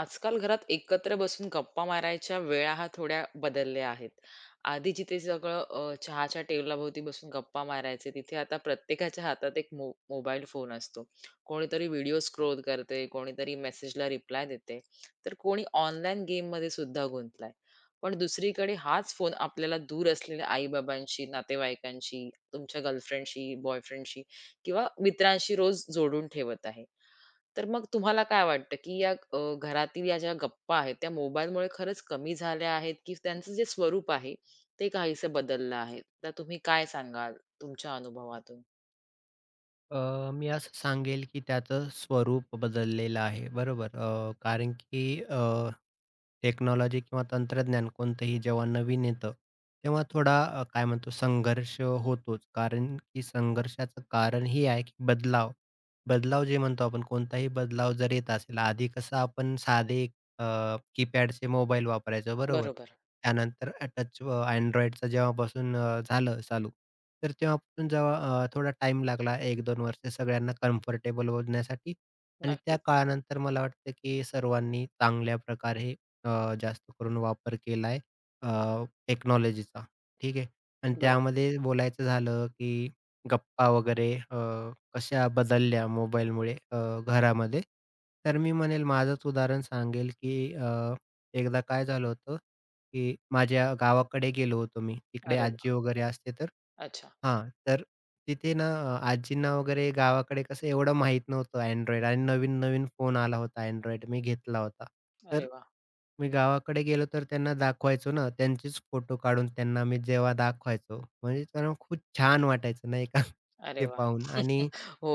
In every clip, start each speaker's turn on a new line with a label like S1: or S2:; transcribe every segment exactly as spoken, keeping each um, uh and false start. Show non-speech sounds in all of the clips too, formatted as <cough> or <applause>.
S1: आजकाल घरात एकत्र बसून गप्पा मारायच्या वेळा हा थोड्या बदलल्या आहेत. आधी जिथे सगळं अ, चहाच्या टेबलाभोवती बसून गप्पा मारायचे, तिथे आता प्रत्येकाच्या हातात एक मो मोबाईल फोन असतो. कोणीतरी व्हिडिओ स्क्रोल करते, कोणीतरी मेसेजला रिप्लाय देते, तर कोणी ऑनलाईन गेममध्ये सुद्धा गुंतलाय. पण दुसरीकडे हाच फोन आपल्याला दूर असलेल्या आई नातेवाईकांशी, तुमच्या गर्लफ्रेंडशी, बॉयफ्रेंडशी किंवा मित्रांशी रोज जोडून ठेवत आहे. तर मग तुम्हाला काय वाटतं, की या अ, घरातील या ज्या गप्पा आहेत, त्या मोबाईलमुळे खरंच कमी झाल्या आहेत, की त्यांचं जे स्वरूप आहे, ते काहीसं बदललं आहे? तर तुम्ही काय सांगाल तुमच्या अनुभवातून?
S2: अ, मी असं सांगेल, की त्याचं स्वरूप बदललेलं आहे, बरोबर. अ, कारण की अ, टेक्नॉलॉजी किंवा तंत्रज्ञान कोणतंही जेव्हा नवीन येतं, तेव्हा थोडा अ, काय म्हणतो संघर्ष होतोच. कारण की संघर्षाचं कारण हे आहे, की बदलाव. बदलाव जे म्हणतो आपण कोणताही बदलाव जर येत असेल, आधी कसं आपण साधे अ, कीपॅडचे मोबाईल वापरायचो बरोबर.
S1: बरोबर.
S2: त्यानंतर अ, टच अ, Androidचं जेव्हापासून अ, झालं चालू, तर तेव्हापासून जेव्हा अ, थोडा टाइम लागला एक दोन वर्ष सगळ्यांना कम्फर्टेबल होण्यासाठी आणि त्या
S1: नक्कीच.
S2: काळानंतर मला वाटतं, की सर्वांनी चांगल्या प्रकारे अ, जास्त करून वापर केला टेक्नॉलॉजीचा. ठीक आहे. आणि
S1: बरोबर.
S2: त्यामध्ये बोलायचं झालं, की गप्पा वगैरे अ कशा बदलल्या मोबाईलमुळे अ, घरामध्ये. तर मी म्हणेल माझंच उदाहरण सांगेल, की अ, एकदा काय झालं होतं, की माझ्या गावाकडे गेलो होतो मी. तिकडे
S1: अरे
S2: आजी
S1: वाह!
S2: वगैरे असते तर
S1: अच्छा.
S2: हां, तर तिथे ना अ, आजींना वगैरे गावाकडे कसं एवढं माहीत नव्हतं Android आणि नवीन-नवीन फोन आला होता Android मी घेतला होता.
S1: अरे
S2: तर
S1: वाह!
S2: मी गावाकडे गेलो तर त्यांना दाखवायचो ना, त्यांचेच फोटो काढून त्यांना मी जेव्हा दाखवायचो, म्हणजे त्यांना खूप छान वाटायचं नाही का <laughs>
S1: अरे
S2: ते
S1: वाह!
S2: पाहून आणि
S1: <laughs> हो.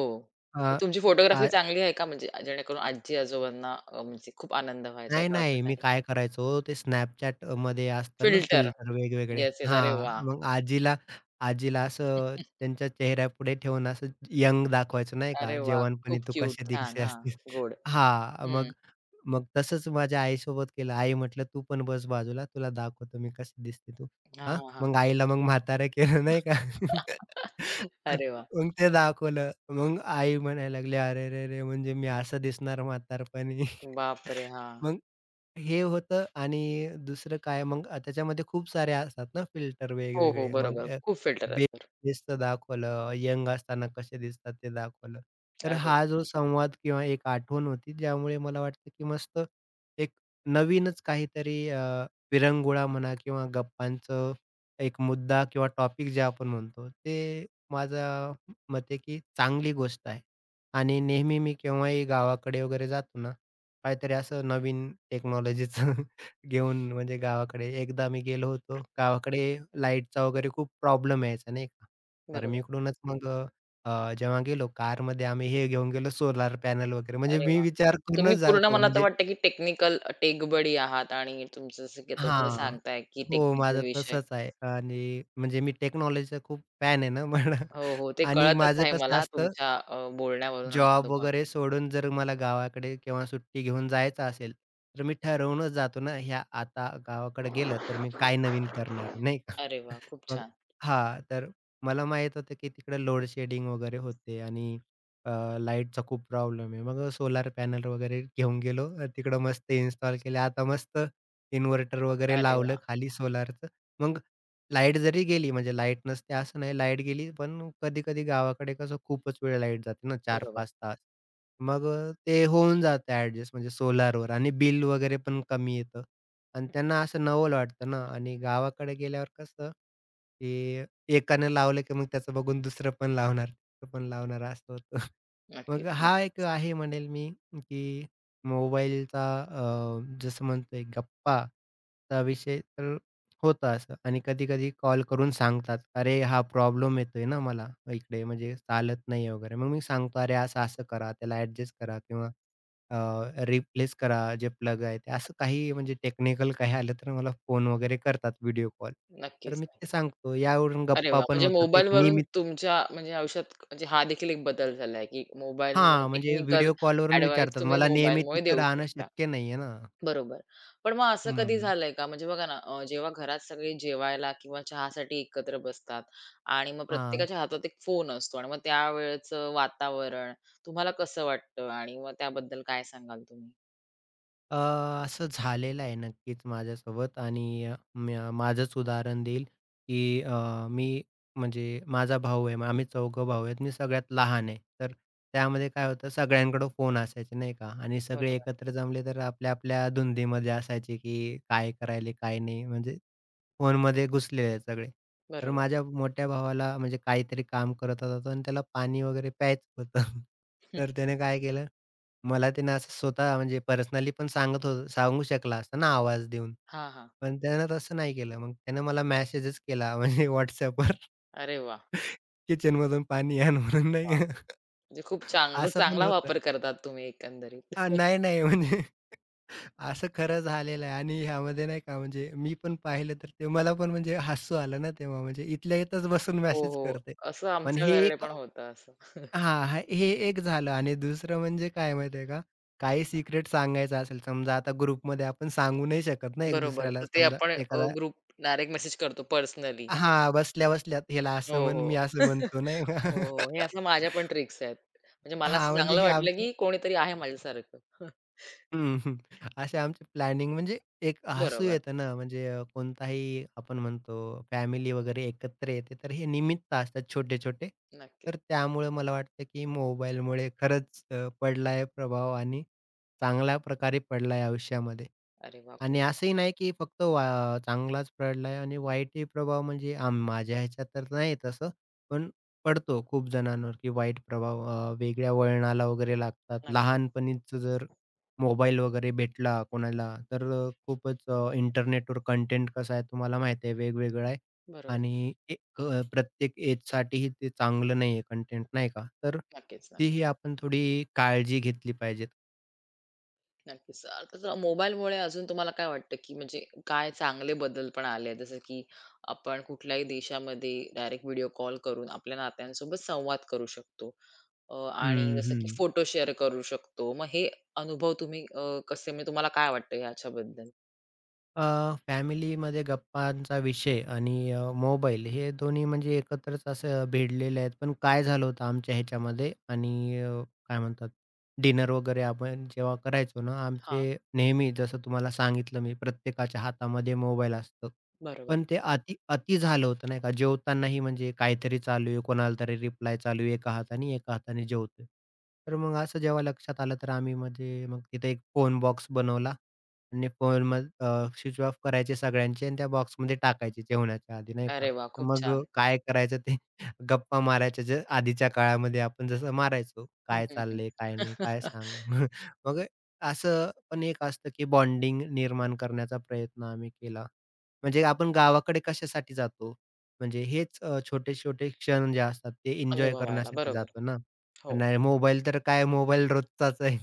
S2: अ,
S1: तुमची फोटोग्राफी चांगली आहे का? म्हणजे जेणेकरून आजी-आजोबांना अ, म्हणजे खूप आनंद व्हायचा
S2: नाही,
S1: का असं
S2: नाही. मी
S1: काही?
S2: काय करायचो ते Snapchatमध्ये असतात ना
S1: फिल्टर.
S2: फिल्टर वेगवेगळे.
S1: Yes, yes. अरे वाह!
S2: हां, मग आजीला आजीला असं
S1: <laughs>
S2: त्यांच्या चेहऱ्यापुढे ठेवून असं यंग दाखवायचं नाही
S1: अरे
S2: का,
S1: वाह!
S2: "जवानपणी
S1: खूप
S2: तू
S1: क्यूट.
S2: कशा
S1: छान.
S2: दिसे
S1: हां.
S2: असतीस."
S1: गोड.
S2: हां, मग
S1: हं.
S2: मग तसंच माझ्या आईसोबत केलं. आई म्हटलं, "तू पण बस बाजूला, तुला दाखवतो मी कशी दिसते तू."
S1: हां,
S2: हां,
S1: हां, हां.
S2: मग आईला मग म्हातारं केलं नाही का.
S1: अरे वाह!
S2: मग ते दाखवलं. मग आई म्हणायला लागली, "अरेरेरे! म्हणजे मी असं दिसणार म्हातारपणी."
S1: बापरे! हां.
S2: मग हे होतं आणि दुसरं काय मग अ, त्याच्यामध्ये खूप सारे असतात ना फिल्टर
S1: हो, हो.
S2: वेगवेगळे. मग
S1: बरोबर.
S2: अ,
S1: खूप फिल्टर आहेत
S2: बेबी
S1: तर.
S2: दिसतं दाखवलं, यंग असताना कसे दिसतात ते दाखवलं. तर
S1: अरे
S2: हा जो संवाद किंवा एक आठवण होती ज्यामुळे मला वाटतं की मस्त एक नवीनच काहीतरी अ, विरंगुळा म्हणा किंवा गप्पांचं एक मुद्दा किंवा टॉपिक जे आपण म्हणतो ते माझ्या मते की चांगली गोष्ट आहे. आणि नेहमी मी केव्हाही गावाकडे वगैरे जातो ना काहीतरी असं नवीन टेक्नॉलॉजीचं <laughs> घेऊन म्हणजे गावाकडे एकदा मी गेलो होतो. गावाकडे लाईटचा वगैरे खूप प्रॉब्लेम यायचा नाही का. तर मी
S1: बरोबर.
S2: इकडूनच मग अ, अ, जेव्हा गेलो कारमध्ये आम्ही हे घेऊन गेलो सोलार पॅनल वगैरे म्हणजे
S1: अरे
S2: मी
S1: वाह!
S2: विचार
S1: तुम्ही
S2: करूनच
S1: पूर्ण
S2: जातो
S1: मला तर
S2: म्हणजे
S1: वाटतं की टेक्निकल टेक बडी आहात आणि तुमचं जसं की आता तुम्ही
S2: हां.
S1: सांगताय की
S2: हो, माझं
S1: टेक्निकल विषय.
S2: तसंच आहे आणि म्हणजे मी टेक्नॉलॉजीचा खूप फॅन आहे ना. म्हण.
S1: हो, हो. ते
S2: आणि
S1: कळतच
S2: माझं
S1: आहे
S2: कसं
S1: मला
S2: असतं
S1: तुमच्या अ, बोलण्यावरून आणि
S2: जॉब
S1: अनुभव.
S2: वगैरे सोडून जर मला गावाकडे किंवा सुट्टी घेऊन जायचं असेल, तर मी ठरवूनच जातो ना, ह्या आता गावाकडे गेलं तर मी काय नवीन करणार, नाही का?
S1: अरे वाह!
S2: <laughs>
S1: खूप
S2: मग
S1: छान.
S2: हां, तर मला माहीत होतं की तिकडे लोड शेडिंग वगैरे होते आणि अ, लाईटचा खूप प्रॉब्लेम आहे. मग सोलार पॅनल वगैरे घेऊन गेलो. अ, तिकडं मस्त इन्स्टॉल केले. आता मस्त इन्व्हर्टर वगैरे
S1: अरे
S2: लावलं
S1: वाह!
S2: खाली सोलारचं. मग लाईट जरी गेली, म्हणजे लाईट नसते असं नाही, लाईट गेली पण कधी-कधी गावाकडे कसं खूपच वेळ लाईट जाते ना चार
S1: बरोबर.
S2: पाच तास. मग अ, ते होऊन जातं ॲडजस्ट म्हणजे सोलारवर आणि बिल वगैरे पण कमी येतं आणि त्यांना असं नवल वाटतं ना आणि गावाकडे गेल्यावर कसं, की एकानं लावलं की मग त्याचं बघून दुसरं पण लावणार, तिसरं पण लावणार असं होतं. <laughs> मग
S1: नक्कीच,
S2: हा एक
S1: नक्कीच.
S2: आहे म्हणेल मी, की मोबाईलचा जसं म्हणतोय गप्पाचा विषय तर होतं असं आणि कधी-कधी कॉल करून सांगतात, "अरे, हा प्रॉब्लेम येतोय ना मला इकडे म्हणजे चालत नाही" वगैरे. मग मी सांगतो, "अरे, असं-असं करा, त्याला ॲडजस्ट करा किंवा अ, रिप्लेस करा जे प्लग आहे ते." असं काही म्हणजे टेक्निकल काही आलं तर मला फोन वगैरे करतात व्हिडिओ कॉल. तर
S1: नक्कीच,
S2: मी ते
S1: नक्कीच.
S2: सांगतो. यावरून
S1: अरे
S2: गप्पा
S1: वाह!
S2: पण
S1: म्हणजे
S2: होतात. एक
S1: मोबाईलवरून
S2: नियमित
S1: तुमच्या म्हणजे आयुष्यात म्हणजे हा देखील एक बदल झाला की मोबाईलमुळे
S2: हां, म्हणजे
S1: टेक्निकल
S2: व्हिडिओ कॉलवरून
S1: एडव्हाइस
S2: विचारतात.
S1: तुम्ही
S2: मला नियमित
S1: मोबाईलमुळे
S2: तिथं
S1: देऊ
S2: राहणं
S1: शकता.
S2: शक्य नाहीये ना.
S1: बरोबर. पण मग असं कधी
S2: हं.
S1: झालंय का? म्हणजे बघा ना, अ, जेव्हा घरात सगळे जेवायला किंवा चहासाठी एकत्र बसतात आणि मग
S2: हां.
S1: प्रत्येकाच्या हातात एक फोन असतो आणि मग त्यावेळचं वातावरण तुम्हाला कसं वाटतं आणि मग त्याबद्दल काय सांगाल तुम्ही?
S2: अ, असं झालेलं आहे नक्कीच माझ्यासोबत आणि अ, म्या माझंच उदाहरण देईल, की अ, मी म्हणजे माझा भाऊ आहे. आम्ही चौघं भाऊ आहेत. मी सगळ्यात लहान आहे. तर त्यामध्ये काय होतं सगळ्यांकडं फोन असायचे नाही का आणि सगळे
S1: बरोबर,
S2: एकत्र जमले तर आपल्या-आपल्या धुंदीमध्ये असायचे, की काय करायले, काय नाही म्हणजे फोनमध्ये घुसलेले आहेत सगळे. तर
S1: बरोबर.
S2: माझ्या मोठ्या भावाला म्हणजे काहीतरी काम करत होता तो आणि त्याला पाणी वगैरे प्यायचं होतं. <laughs> तर
S1: <laughs>
S2: त्याने काय केलं मला त्यानं असं स्वतः म्हणजे पर्सनली पण सांगत होतं सांगू शकला असता ना आवाज देऊन.
S1: हां, हां.
S2: पण त्यानं तसं नाही केलं. मग त्यानं मला मेसेजच केला <laughs> म्हणजे WhatsAppवर.
S1: अरे वाह!
S2: किचनमधून पाणी आण म्हणून नाही
S1: वाह!
S2: का?
S1: म्हणजे खूप चांगलं
S2: असं पण
S1: चांगला
S2: होतं.
S1: वापर करतात तुम्ही एकंदरीत.
S2: हां,
S1: <laughs>
S2: नाही, नाही म्हणजे <laughs> असं खरं झालेलं आहे आणि ह्यामध्ये नाही का म्हणजे मी पण पाहिलं तर ते मला पण म्हणजे हसू आलं ना तेव्हा म्हणजे इथल्या इथंच बसून
S1: हो,
S2: मेसेज
S1: हो.
S2: करतंय.
S1: असं
S2: पण हे
S1: आमच्याकडे
S2: एक
S1: पण होतं असं. <laughs>
S2: हां, हां. हे एक झालं आणि दुसरं म्हणजे काय माहिती आहे का, काही सिक्रेट सांगायचं असेल समजा आता ग्रुपमध्ये आपण सांगू नाही शकत ना एक
S1: बरोबर.
S2: दुसऱ्याला
S1: तर ते
S2: समजा
S1: आपण
S2: एखादा
S1: ग्रुप डायरेक्ट मेसेज करतो पर्सनली.
S2: हां, बसल्या-बसल्यात ह्याला
S1: हो,
S2: असं म्हण, मी
S1: हो.
S2: असं
S1: <laughs> हो,
S2: म्हणतो नाही का?
S1: हो. हे
S2: <laughs>
S1: असं <laughs> माझ्या पण ट्रिक्स आहेत. म्हणजे मला
S2: हां,
S1: असं
S2: म्हणजे
S1: चांगलं
S2: हे
S1: वाटलं,
S2: आमचं
S1: की कोणीतरी आहे माझ्यासारखं. <laughs>
S2: हं, हं. असे आमची प्लॅनिंग म्हणजे एक हसू
S1: बरोबर.
S2: येतं ना, म्हणजे अ, कोणताही आपण म्हणतो फॅमिली वगैरे एकत्र येते, तर हे निमित्त असतात छोटे-छोटे.
S1: नक्कीच.
S2: तर त्यामुळे मला वाटतं, की मोबाईलमुळे खरंच अ, पडलाय प्रभाव आणि चांगल्या प्रकारे पडलाय आयुष्यामध्ये.
S1: अरे वाह! खूप
S2: आणि
S1: छान.
S2: असंही नाही की फक्त वा चांगलाच पडलाय आणि वाईटही प्रभाव म्हणजे आम माझ्या ह्याच्यात तर नाही तसं, पण पडतो खूप जणांवर की वाईट प्रभाव अ, वेगळ्या वळणाला वगैरे लागतात.
S1: नक्कीच.
S2: लहानपणीच जर मोबाईल वगैरे भेटला कोणाला, तर अ, खूपच अ, इंटरनेटवर कंटेंट कसा आहे तुम्हाला माहिती आहे वेगवेगळा आहे
S1: बरोबर.
S2: आणि एक अ, प्रत्येक एजसाठीही ते चांगलं नाहीये कंटेंट नाही का? तर
S1: नक्कीच, नक्कीच.
S2: तीही आपण थोडी काळजी घेतली पाहिजेत.
S1: नक्कीच. अ, मोबाईलमुळे अजून तुम्हाला काय वाटतं, की म्हणजे काय चांगले बदल पण आले आहेत? जसं की आपण कुठल्याही देशामध्ये डायरेक्ट व्हिडिओ कॉल करून आपल्या नात्यांसोबत संवाद करू शकतो. अ, आणि
S2: हं,
S1: जसं की
S2: हं.
S1: फोटो शेअर करू शकतो. मग हे अनुभव तुम्ही अ, कसे म्हणजे तुम्हाला काय वाटतं याच्याबद्दल?
S2: अ, फॅमिलीमध्ये गप्पांचा विषय आणि अ, मोबाईल हे दोन्ही म्हणजे एकत्रच असं भिडलेले आहेत. पण काय झालं होतं आमच्या ह्याच्यामध्ये आणि अ, काय म्हणतात डिनर वगैरे आपण जेव्हा करायचो ना,
S1: हां,
S2: आमचे नेहमी जसं तुम्हाला सांगितलं मी प्रत्येकाच्या हातामध्ये मोबाईल असतो.
S1: बरोबर.
S2: पण ते अति अति झालं होतं नाही का. जेवतानाही म्हणजे काहीतरी चालू आहे, कोणाला तरी रिप्लाय चालू आहे एका हाताने, एका हाताने जेवतोय. तर मग असं जेव्हा लक्षात आलं तर आम्ही म्हणजे मग तिथे एक फोन बॉक्स बनवला. आणि फोनमध्ये अ, स्विच ऑफ करायचे सगळ्यांचे आणि त्या बॉक्समध्ये टाकायचे जेवणाच्या आधी नाही
S1: अरे
S2: का.
S1: वा, खूप
S2: मग अ,
S1: छान.
S2: काय करायचं ते <laughs> गप्पा मारायच्या जे आधीच्या काळामध्ये आपण जसं मारायचो.
S1: हं,
S2: काय
S1: हं, हं.
S2: चाललंय, काय नाही, काय
S1: <laughs>
S2: सांग? <laughs> मग असं पण एक असतं, की बॉन्डिंग निर्माण करण्याचा प्रयत्न आम्ही केला. म्हणजे आपण गावाकडे कशासाठी जातो? म्हणजे हेच अ, छोटे-छोटे क्षण जे असतात ते एन्जॉय
S1: अनुभवायला.
S2: करण्यासाठी
S1: बरोबर.
S2: जातो ना.
S1: हो,
S2: नाही मोबाईल तर काय मोबाईल रोजचाच आहे.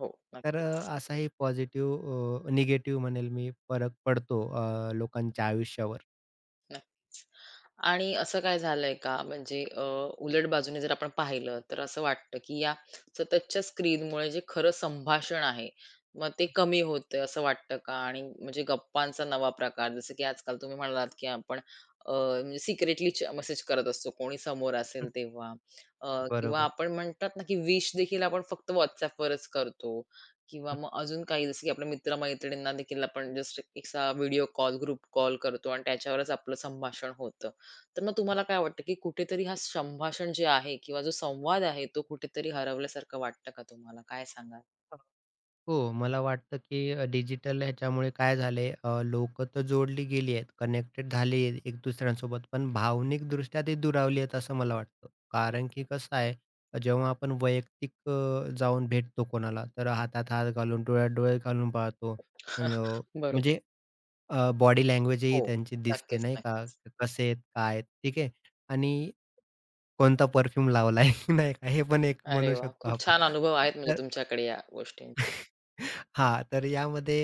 S1: हो.
S2: तर
S1: नक्कीच,
S2: अ, असाही पॉझिटिव्ह निगेटिव्ह म्हणेल मी फरक पडतो अ, लोकांच्या आयुष्यावर.
S1: नक्कीच. आणि असं काय झालंय का म्हणजे अ, उलट बाजूने जर आपण पाहिलं तर असं वाटतं, की या सततच्या स्क्रीनमुळे जे खरं संभाषण आहे, मग ते कमी होतंय असं वाटतं का? आणि म्हणजे गप्पांचा नवा प्रकार जसं की आजकाल तुम्ही म्हणालात, की आपण म्हणजे सिक्रेटली मेसेज करत असतो कोणी समोर असेल
S2: हं,
S1: तेव्हा. अ, किंवा
S2: बरोबर.
S1: आपण म्हणतात ना, की विश देखील आपण फक्त WhatsAppवरच करतो किंवा
S2: हं,
S1: मग अजून काही जसं की आपल्या मित्र-मैत्रिणींना देखील आपण जस्ट असा व्हिडिओ कॉल, ग्रुप कॉल करतो आणि त्याच्यावरच आपलं संभाषण होतं. तर मग तुम्हाला काय वाटतं, की कुठेतरी हा संभाषण जे आहे किंवा जो संवाद आहे तो कुठेतरी हरवल्यासारखं वाटतं का तुम्हाला? काय सांगाल?
S2: हो, मला वाटतं की अ, डिजिटल ह्याच्यामुळे काय झालंय लोक लोकं तर जोडली गेली आहेत, कनेक्टेड झाली आहेत एक दुसऱ्यांसोबत, पण भावनिकदृष्ट्या ते दुरावली आहेत असं मला वाटतं. कारण की कसं आहे, अ, जेव्हा आपण वैयक्तिक अ, जाऊन भेटतो कोणाला, तर हातात हात घालून, डोळ्यात डोळे घालून पाहतो. अन्
S1: <laughs>
S2: अ,
S1: बरोबर.
S2: म्हणजे अ, बॉडी
S1: हो.
S2: लँग्वेजही त्यांची दिसते
S1: नक्कीच,
S2: नाही का?
S1: नक्कीच.
S2: कसे आहेत, काय आहेत, ठीक आहे. आणि कोणता परफ्यूम लावलाय, <laughs> नाही का? हे पण एक
S1: अरे
S2: म्हणू
S1: वाह!
S2: शकतो
S1: खूप
S2: आपण.
S1: छान अनुभव आहेत म्हणजे तुमच्याकडे या गोष्टींचे.
S2: <laughs> हां, तर यामध्ये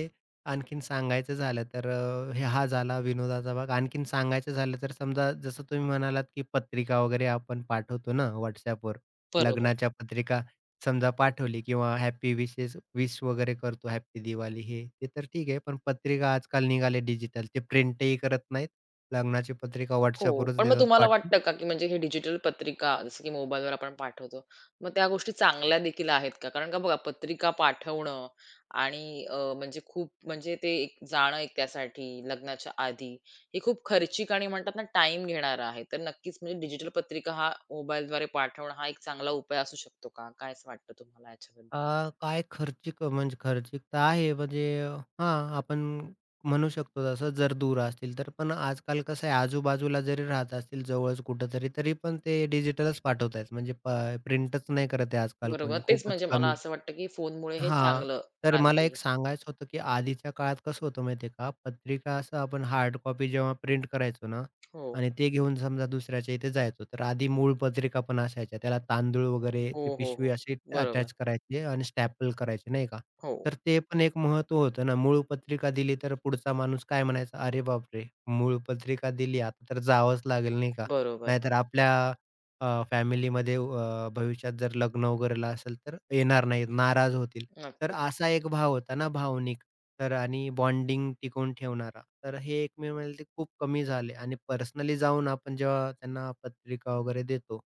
S2: आणखीन सांगायचं झालं तर अ, हे हा झाला विनोदाचा भाग. आणखीन सांगायचं झालं तर समजा जसं तुम्ही म्हणालात, की पत्रिका वगैरे आपण पाठवतो ना WhatsAppवर.
S1: बरोबर.
S2: लग्नाच्या पत्रिका समजा पाठवली किंवा हॅपी विशेस विश वगैरे करतो, हॅपी दिवाळी हे, ते तर ठीक आहे. पण पत्रिका आजकाल निघाले डिजिटल. ते प्रिंटही करत नाहीत. लग्नाची पत्रिका
S1: हो.
S2: WhatsAppवरच
S1: पण मग
S2: देतात
S1: तुम्हाला वाटतं का, की म्हणजे हे डिजिटल पत्रिका जसं की मोबाईलवर आपण पाठवतो. मग त्या गोष्टी चांगल्या देखील आहेत का? कारण का बघा पत्रिका पाठवणं आणि अ, म्हणजे खूप म्हणजे ते एक जाणं एक त्यासाठी लग्नाच्या आधी, हे खूप खर्चिक आणि म्हणतात ना टाईम घेणारं आहे. तर नक्कीच म्हणजे डिजिटल पत्रिका हा मोबाईलद्वारे पाठवणं हा एक चांगला उपाय असू शकतो का? काय असं वाटतं तुम्हाला याच्याबद्दल?
S2: अ, काय खर्चिक म्हणजे खर्चिक तर आहे म्हणजे हां, आपण म्हणू शकतो तसं जर दूर असतील तर. पण आजकाल कसं आहे आजूबाजूला जरी राहत असतील जवळच कुठेतरी, तरी पण ते डिजिटलच पाठवतायत म्हणजे प प्रिंटच नाही करत आहे आजकाल
S1: बरोबर.
S2: कोणी
S1: तेच
S2: खूपच
S1: म्हणजे मला
S2: कमी.
S1: असं वाटतं, की फोनमुळे हे
S2: हां,
S1: चांगलं
S2: तर मला
S1: क्रांती.
S2: एक सांगायचं होतं, की आधीच्या काळात कसं होतं माहिती आहे का? पत्रिका असं आपण हार्ड कॉपी जेव्हा प्रिंट करायचो ना
S1: हो.
S2: आणि ते घेऊन समजा दुसऱ्याच्या इथे जायचो. तर आधी मूळ पत्रिका पण असायच्या. त्याला तांदूळ
S1: हो,
S2: वगैरेची
S1: हो,
S2: पिशवी
S1: हो.
S2: अशी
S1: बरोबर.
S2: अटॅच करायची आणि स्टॅपल करायची नाही का?
S1: हो,
S2: तर ते पण एक महत्त्व होतं ना. मूळ पत्रिका दिली तर पुढचा माणूस काय म्हणायचा? "अरे बापरे! मूळ पत्रिका दिली आता तर जावंच लागेल" नाही का?
S1: बरोबर.
S2: नाहीतर आपल्या अ, फॅमिलीमध्ये अ, भविष्यात जर लग्न वगैरेला असेल तर येणार नाहीत, नाराज होतील. तर
S1: नक्कीच.
S2: असा एक भाव होता ना भावनिक तर आणि बॉन्डिंग टिकवून ठेवणारा. तर हे एकमेव ते खूप कमी झाले आणि पर्सनली जाऊन आपण जेव्हा त्यांना पत्रिका वगैरे देतो,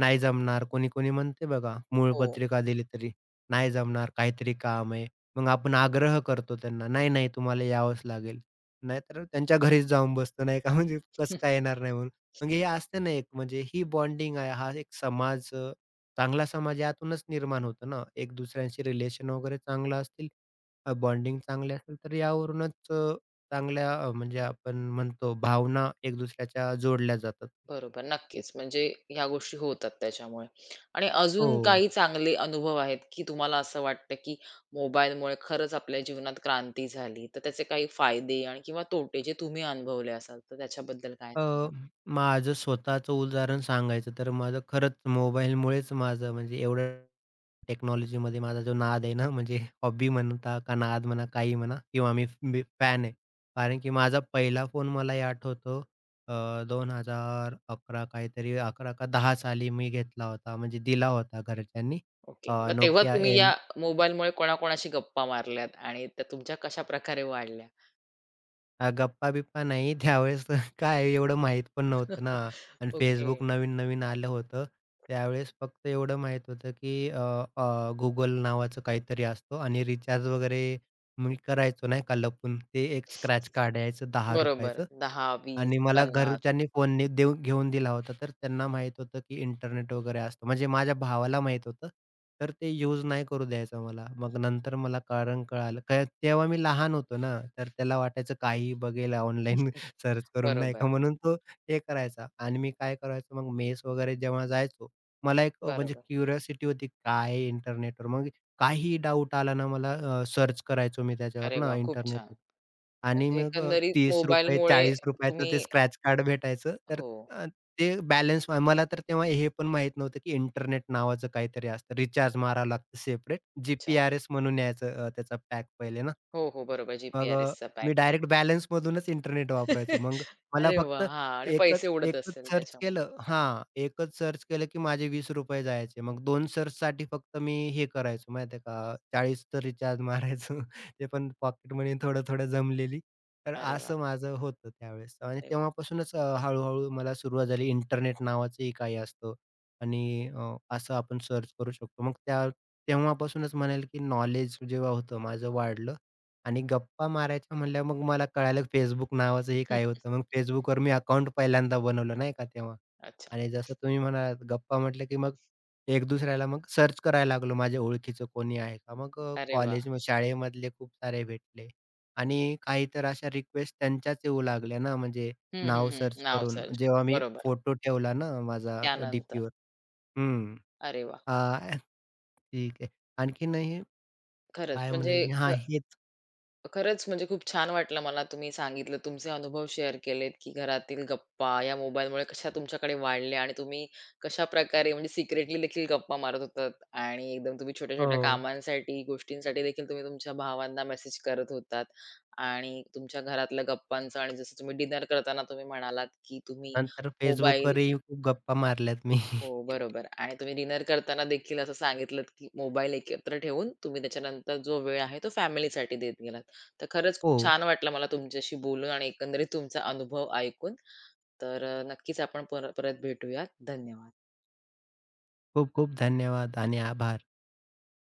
S2: नाही जमणार. कोणी-कोणी म्हणते बघा, मूळ
S1: हो.
S2: पत्रिका दिली तरी, नाही जमणार, काहीतरी काम आहे. मग आपण आग्रह करतो त्यांना, "नाही, नाही तुम्हाला यावंच लागेल." नाहीतर त्यांच्या घरीच जाऊन बसतो नाही का म्हणजे कसं काय
S1: <laughs>
S2: येणार नाही म्हणजे हे असते ना एक म्हणजे ही बॉन्डिंग आहे हा एक समाज अ, चांगला समाज यातूनच निर्माण होतो ना. एक दुसऱ्यांशी रिलेशन वगैरे चांगलं असतील, अ, बॉन्डिंग चांगली असेल तर यावरूनच अ, चांगल्या अ, म्हणजे आपण म्हणतो भावना एक दुसऱ्याच्या जोडल्या जातात.
S1: बरोबर. नक्कीच. म्हणजे ह्या गोष्टी होतात त्याच्यामुळे. आणि अजून
S2: हो.
S1: काही चांगले अनुभव आहेत, की तुम्हाला असं वाटतं, की मोबाईलमुळे खरंच आपल्या जीवनात क्रांती झाली, तर त्याचे काही फायदे आणि किंवा तोटे जे तुम्ही अनुभवले असाल, तर त्याच्याबद्दल काय
S2: अ,
S1: सांगाल?
S2: माझं स्वतःचं उदाहरण सांगायचं तर माझं खरंच मोबाईलमुळेच माझं म्हणजे एवढं टेक्नॉलॉजीमध्ये माझा जो नाद आहे ना, म्हणजे हॉबी म्हणता का नाद म्हणा, काही म्हणा किंवा मी मी फॅन आहे. कारण की माझा पहिला फोन मला हे आठवतो अ, दोन हजार अकरा काहीतरी अकरा का दहा साली मी घेतला होता, म्हणजे दिला होता घरच्यांनी. अ,
S1: ओके. मग तेव्हा तुम्ही या मोबाईलमुळे कोणाकोणाशी गप्पा मारल्यात आणि त्या तुमच्या कशाप्रकारे वाढल्या?
S2: अ, गप्पा-बिप्पा नाही. त्यावेळेस <laughs> काय एवढं माहीत पण नव्हतं ना
S1: <laughs>
S2: आणि
S1: ओके.
S2: Facebook नवीन-नवीन आलं होतं. त्यावेळेस फक्त एवढं माहीत होतं, की अ, अ, Google नावाचं काहीतरी असतो आणि रिचार्ज वगैरे मी करायचो नाही का लपून. ते एक स्क्रॅच काढायचं ₹दहा
S1: बरोबर.
S2: चं
S1: दहा, वीस,
S2: आणि मला
S1: पन्नास
S2: घरच्यांनी फोन नी देऊ घेऊन दिला होता. तर त्यांना माहीत होतं, की इंटरनेट वगैरे असतं. म्हणजे माझ्या भावाला माहीत होतं. तर ते यूज नाही करू द्यायचा मला. मग नंतर मला कारण कळालं. काय तेव्हा मी लहान होतो ना, तर त्याला वाटायचं काहीही बघेल ऑनलाईन <laughs> सर्च करून नाही
S1: बरोबर,
S2: का, म्हणून तो हे करायचा. आणि मी काय करायचो मग मेस वगैरे जेव्हा जायचो, मला एक अ, म्हणजे
S1: बरोबर.
S2: क्युरिओसिटी होती काय इंटरनेटवर. मग काहीही डाऊट आला ना मला सर्च करायचो मी त्याच्यावर
S1: अरे
S2: ना
S1: वाह! खूप छान.
S2: इंटरनेटवर. आणि
S1: म्हणजे
S2: मग अ,
S1: एकंदरीत
S2: ₹तीस
S1: मोबाईलमुळे
S2: ₹चाळीस चं ते
S1: तुम्ही.
S2: स्क्रॅच कार्ड भेटायचं. तर
S1: हो.
S2: अ, ते बॅलन्स मला तर तेव्हा हे पण माहीत नव्हतं, की इंटरनेट नावाचं काहीतरी असतं. रिचार्ज मारावं लागतं सेपरेट.
S1: अच्छा.
S2: जी-पी-आर-एस म्हणून यायचं अ, त्याचा पॅक पहिले ना.
S1: हो, हो. बरोबर जी पी
S2: मग
S1: आर
S2: अ,
S1: पॅक.
S2: मी डायरेक्ट बॅलन्समधूनच इंटरनेट वापरायचो. मग
S1: <laughs>
S2: मला
S1: अरे वा,
S2: फक्त
S1: हां आणि पैसे
S2: एकच
S1: उडत
S2: एकच
S1: असेल
S2: सर्च
S1: त्याच्यामुळे.
S2: केलं हां, एकच सर्च केलं की माझे ₹वीस जायचे. मग दोन सर्चसाठी फक्त मी हे करायचो माहिती आहे का, चाळीसचं रिचार्ज मारायचो. <laughs> ते पण पॉकेट मनी थोडं-थोडं जमलेली. तर
S1: अरे वा,
S2: असं माझं होतं त्यावेळेस आणि
S1: अरे वा.
S2: तेव्हापासूनच अ, हळू मला सुरुवात झाली. इंटरनेट नावाचंही काही असतं आणि अ, असं आपण सर्च करू शकतो. मग त्या तेव्हापासूनच म्हणेल की नॉलेज जेव्हा होतं माझं वाढलं. आणि गप्पा मारायच्या म्हणल्यावर मग मला कळालं Facebook नावाचं हे
S1: हं.
S2: काय
S1: <laughs>
S2: होतं. मग Facebookवर मी अकाउंट पहिल्यांदा बनवलं नाही का तेव्हा.
S1: अच्छा.
S2: आणि जसं तुम्ही म्हणालात गप्पा म्हटलं, की मग एक दुसऱ्याला मग सर्च करायला लागलो माझ्या ओळखीचं कोणी आहे का? मग
S1: अरे वा.
S2: कॉलेज शाळेमधले खूप सारे भेटले आणि काही तर अशा रिक्वेस्ट त्यांच्याच येऊ लागल्या ना, म्हणजे
S1: हं, हं,
S2: नाव
S1: हं.
S2: सर्च
S1: नाव
S2: करून.
S1: सर्च.
S2: जेव्हा मी
S1: बरोबर.
S2: फोटो ठेवला ना माझा
S1: त्यानंतर.
S2: डीपीवर. हं.
S1: अरे वाह!
S2: अ, ठीक आहे. आणखीनही
S1: खरंच
S2: काय
S1: म्हणजे
S2: म्हणेल मी हां, हेच.
S1: खरंच म्हणजे खूप छान वाटलं मला तुम्ही सांगितलं तुमचे अनुभव शेअर केलेत, की घरातील गप्पा या मोबाईलमुळे कशा तुमच्याकडे वाढल्या आणि तुम्ही कशाप्रकारे म्हणजे सिक्रेटली देखील गप्पा मारत होतात आणि एकदम तुम्ही छोट्या-छोट्या
S2: हो.
S1: कामांसाठी, गोष्टींसाठी देखील तुम्ही तुमच्या भावांना मेसेज करत होतात आणि तुमच्या घरातल्या गप्पांचं आणि जसं तुम्ही डिनर करताना तुम्ही म्हणालात, की तुम्ही
S2: नंतर
S1: मोबाईल.
S2: Facebookवरही खूप गप्पा मारल्यात मी.
S1: हो,
S2: <laughs>
S1: बरोबर आणि तुम्ही डिनर करताना देखील असं सांगितलत, की मोबाईल एकत्र ठेवून तुम्ही त्याच्यानंतर जो वेळ आहे तो फॅमिलीसाठी देत गेलात. तर खरंच
S2: हो,
S1: खूप छान वाटलं मला तुमच्याशी बोलून आणि एकंदरीत तुमचा अनुभव ऐकून. तर अ, नक्कीच आपण पर परत भेटूयात. धन्यवाद.
S2: खूप खूप धन्यवाद आणि आभार.